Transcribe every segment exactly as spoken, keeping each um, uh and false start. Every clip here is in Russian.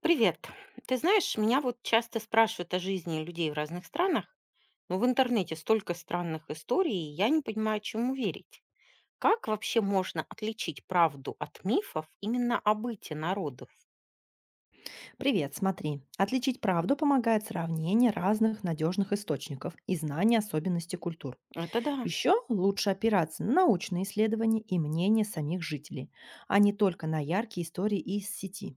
Привет. Ты знаешь, меня вот часто спрашивают о жизни людей в разных странах, но в интернете столько странных историй, и я не понимаю, чему верить. Как вообще можно отличить правду от мифов именно о быте народов? Привет, смотри. Отличить правду помогает сравнение разных надежных источников и знание особенностей культур. Это да, Еще лучше опираться на научные исследования и мнения самих жителей, а не только на яркие истории из сети.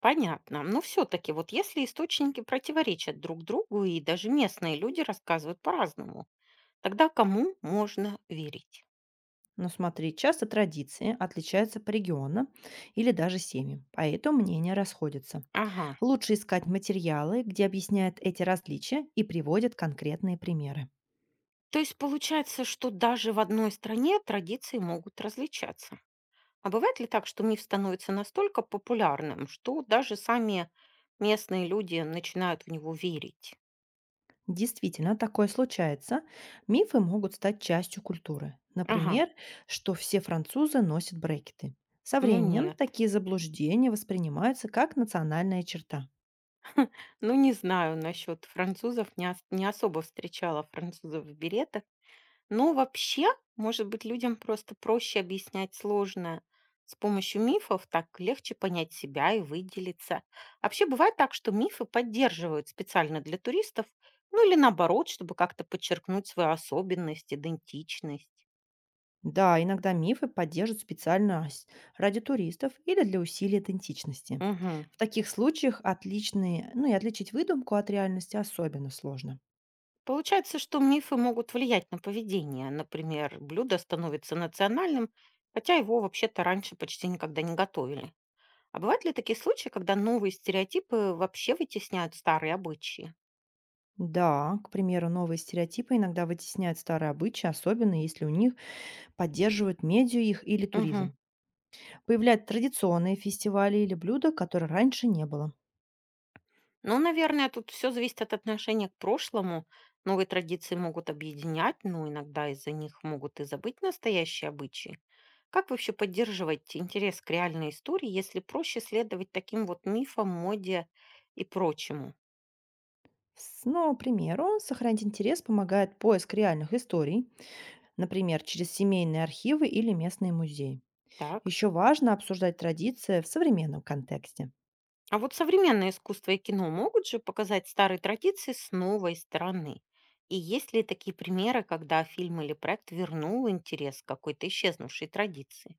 понятно. Но все-таки вот если источники противоречат друг другу, и даже местные люди рассказывают по-разному, тогда кому можно верить? Но смотри, часто традиции отличаются по регионам или даже семьям, поэтому мнения расходятся. Ага. Лучше искать материалы, где объясняют эти различия и приводят конкретные примеры. То есть получается, что даже в одной стране традиции могут различаться. А бывает ли так, что миф становится настолько популярным, что даже сами местные люди начинают в него верить? Действительно, такое случается. Мифы могут стать частью культуры. Ага, Например, что все французы носят брекеты. Со ну временем нет. такие заблуждения воспринимаются как национальная черта. Ну не знаю насчет французов, не, ос- не особо встречала французов в беретах. Но вообще, может быть, людям просто проще объяснять сложное. С помощью мифов так легче понять себя и выделиться. Вообще бывает так, что мифы поддерживают специально для туристов, ну или наоборот, чтобы как-то подчеркнуть свою особенность, идентичность. Да, иногда мифы поддерживают специально с- ради туристов или для усилия идентичности. Мгм. В таких случаях отличные, ну и отличить выдумку от реальности особенно сложно. Получается, что мифы могут влиять на поведение. Например, блюдо становится национальным, хотя его вообще-то раньше почти никогда не готовили. А бывают ли такие случаи, когда новые стереотипы вообще вытесняют старые обычаи? Да, к примеру, новые стереотипы иногда вытесняют старые обычаи, особенно если у них поддерживают медиа их или Мгм. туризм. Появляют традиционные фестивали или блюда, которые раньше не было. Ну, наверное, тут все зависит от отношения к прошлому. Новые традиции могут объединять, но иногда из-за них могут и забыть настоящие обычаи. Как вообще поддерживать интерес к реальной истории, если проще следовать таким вот мифам, моде и прочему? С- Ну, к примеру, сохранить интерес помогает поиск реальных историй, например, через семейные архивы или местные музеи. Так. Еще важно обсуждать традиции в современном контексте. А вот современное искусство и кино могут же показать старые традиции с новой стороны? И есть ли такие примеры, когда фильм или проект вернул интерес к какой-то исчезнувшей традиции?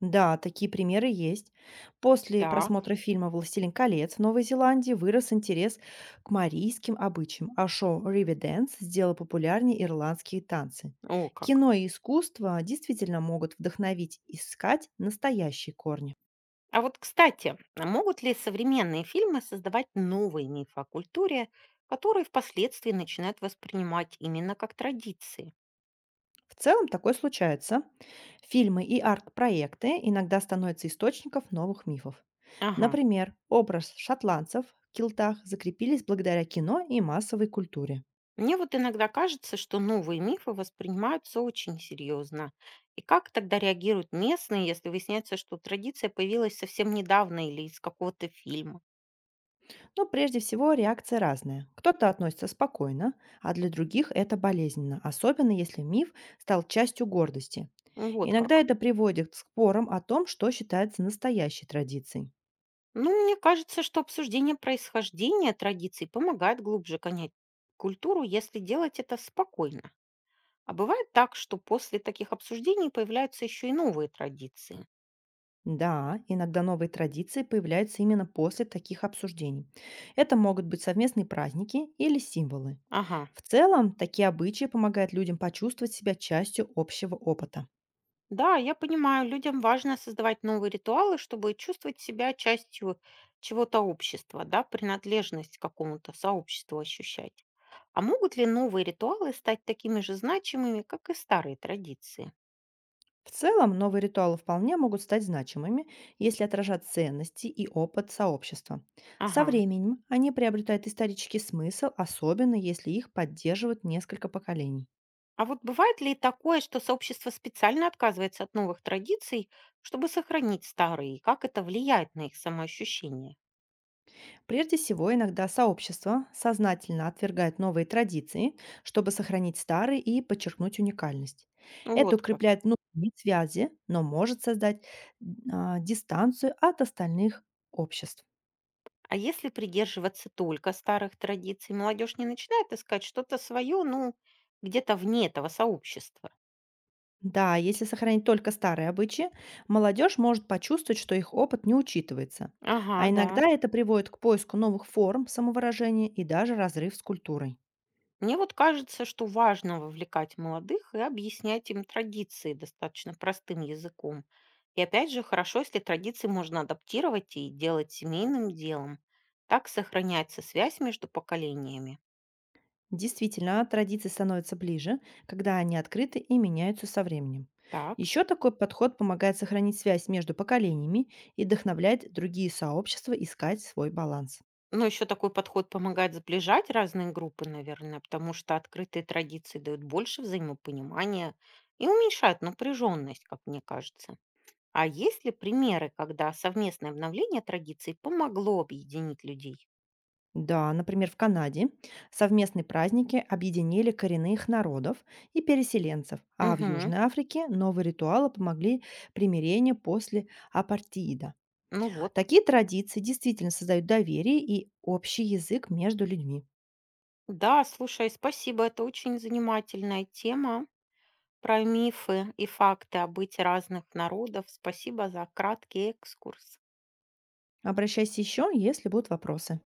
Да, такие примеры есть. После Так. просмотра фильма «Властелин колец» в Новой Зеландии вырос интерес к марийским обычаям, а шоу «Ривиденс» сделало популярнее ирландские танцы. О, как. Кино и искусство действительно могут вдохновить искать настоящие корни. А вот, кстати, а могут ли современные фильмы создавать новые мифы о культуре, которые впоследствии начинают воспринимать именно как традиции? В целом такое случается. Фильмы и арт-проекты иногда становятся источником новых мифов. Ага. Например, образ шотландцев в килтах закрепились благодаря кино и массовой культуре. Мне вот иногда кажется, что новые мифы воспринимаются очень серьезно. И как тогда реагируют местные, если выясняется, что традиция появилась совсем недавно или из какого-то фильма? Но прежде всего реакция разная. Кто-то относится спокойно, а для других это болезненно, особенно если миф стал частью гордости. Вот Иногда как. это приводит к спорам о том, что считается настоящей традицией. Ну, мне кажется, что обсуждение происхождения традиций помогает глубже понять культуру, если делать это спокойно. А бывает так, что после таких обсуждений появляются еще и новые традиции. Да, иногда новые традиции появляются именно после таких обсуждений. Это могут быть совместные праздники или символы. Ага, В целом, такие обычаи помогают людям почувствовать себя частью общего опыта. да, я понимаю, людям важно создавать новые ритуалы, чтобы чувствовать себя частью чего-то общества, да, принадлежность к какому-то сообществу ощущать. А могут ли новые ритуалы стать такими же значимыми, как и старые традиции? В целом, новые ритуалы вполне могут стать значимыми, если отражать ценности и опыт сообщества. Со Ага. временем они приобретают исторический смысл, особенно если их поддерживают несколько поколений. А вот бывает ли такое, что сообщество специально отказывается от новых традиций, чтобы сохранить старые, и как это влияет на их самоощущение? Прежде всего, иногда сообщество сознательно отвергает новые традиции, чтобы сохранить старые и подчеркнуть уникальность. Это Вот как. укрепляет внутренние связи, но может создать а, дистанцию от остальных обществ. А если придерживаться только старых традиций, молодежь не начинает искать что-то свое, ну, где-то вне этого сообщества. Да, если сохранить только старые обычаи, молодежь может почувствовать, что их опыт не учитывается. Ага, А да. иногда это приводит к поиску новых форм самовыражения и даже разрыв с культурой. Мне вот кажется, что важно вовлекать молодых и объяснять им традиции достаточно простым языком. И опять же, хорошо, если традиции можно адаптировать и делать семейным делом. Так сохраняется связь между поколениями. Действительно, традиции становятся ближе, когда они открыты и меняются со временем. Так. Еще такой подход помогает сохранить связь между поколениями и вдохновляет другие сообщества искать свой баланс. Но еще такой подход помогает сближать разные группы, наверное, потому что открытые традиции дают больше взаимопонимания и уменьшают напряженность, как мне кажется. А есть ли примеры, когда совместное обновление традиций помогло объединить людей? Да, например, в Канаде совместные праздники объединили коренных народов и переселенцев, а в Угу, Южной Африке новые ритуалы помогли примирению после апартеида. ну вот. Такие традиции действительно создают доверие и общий язык между людьми. Да, слушай, спасибо, это очень занимательная тема про мифы и факты о быте разных народов. Спасибо за краткий экскурс. Обращайся еще, если будут вопросы.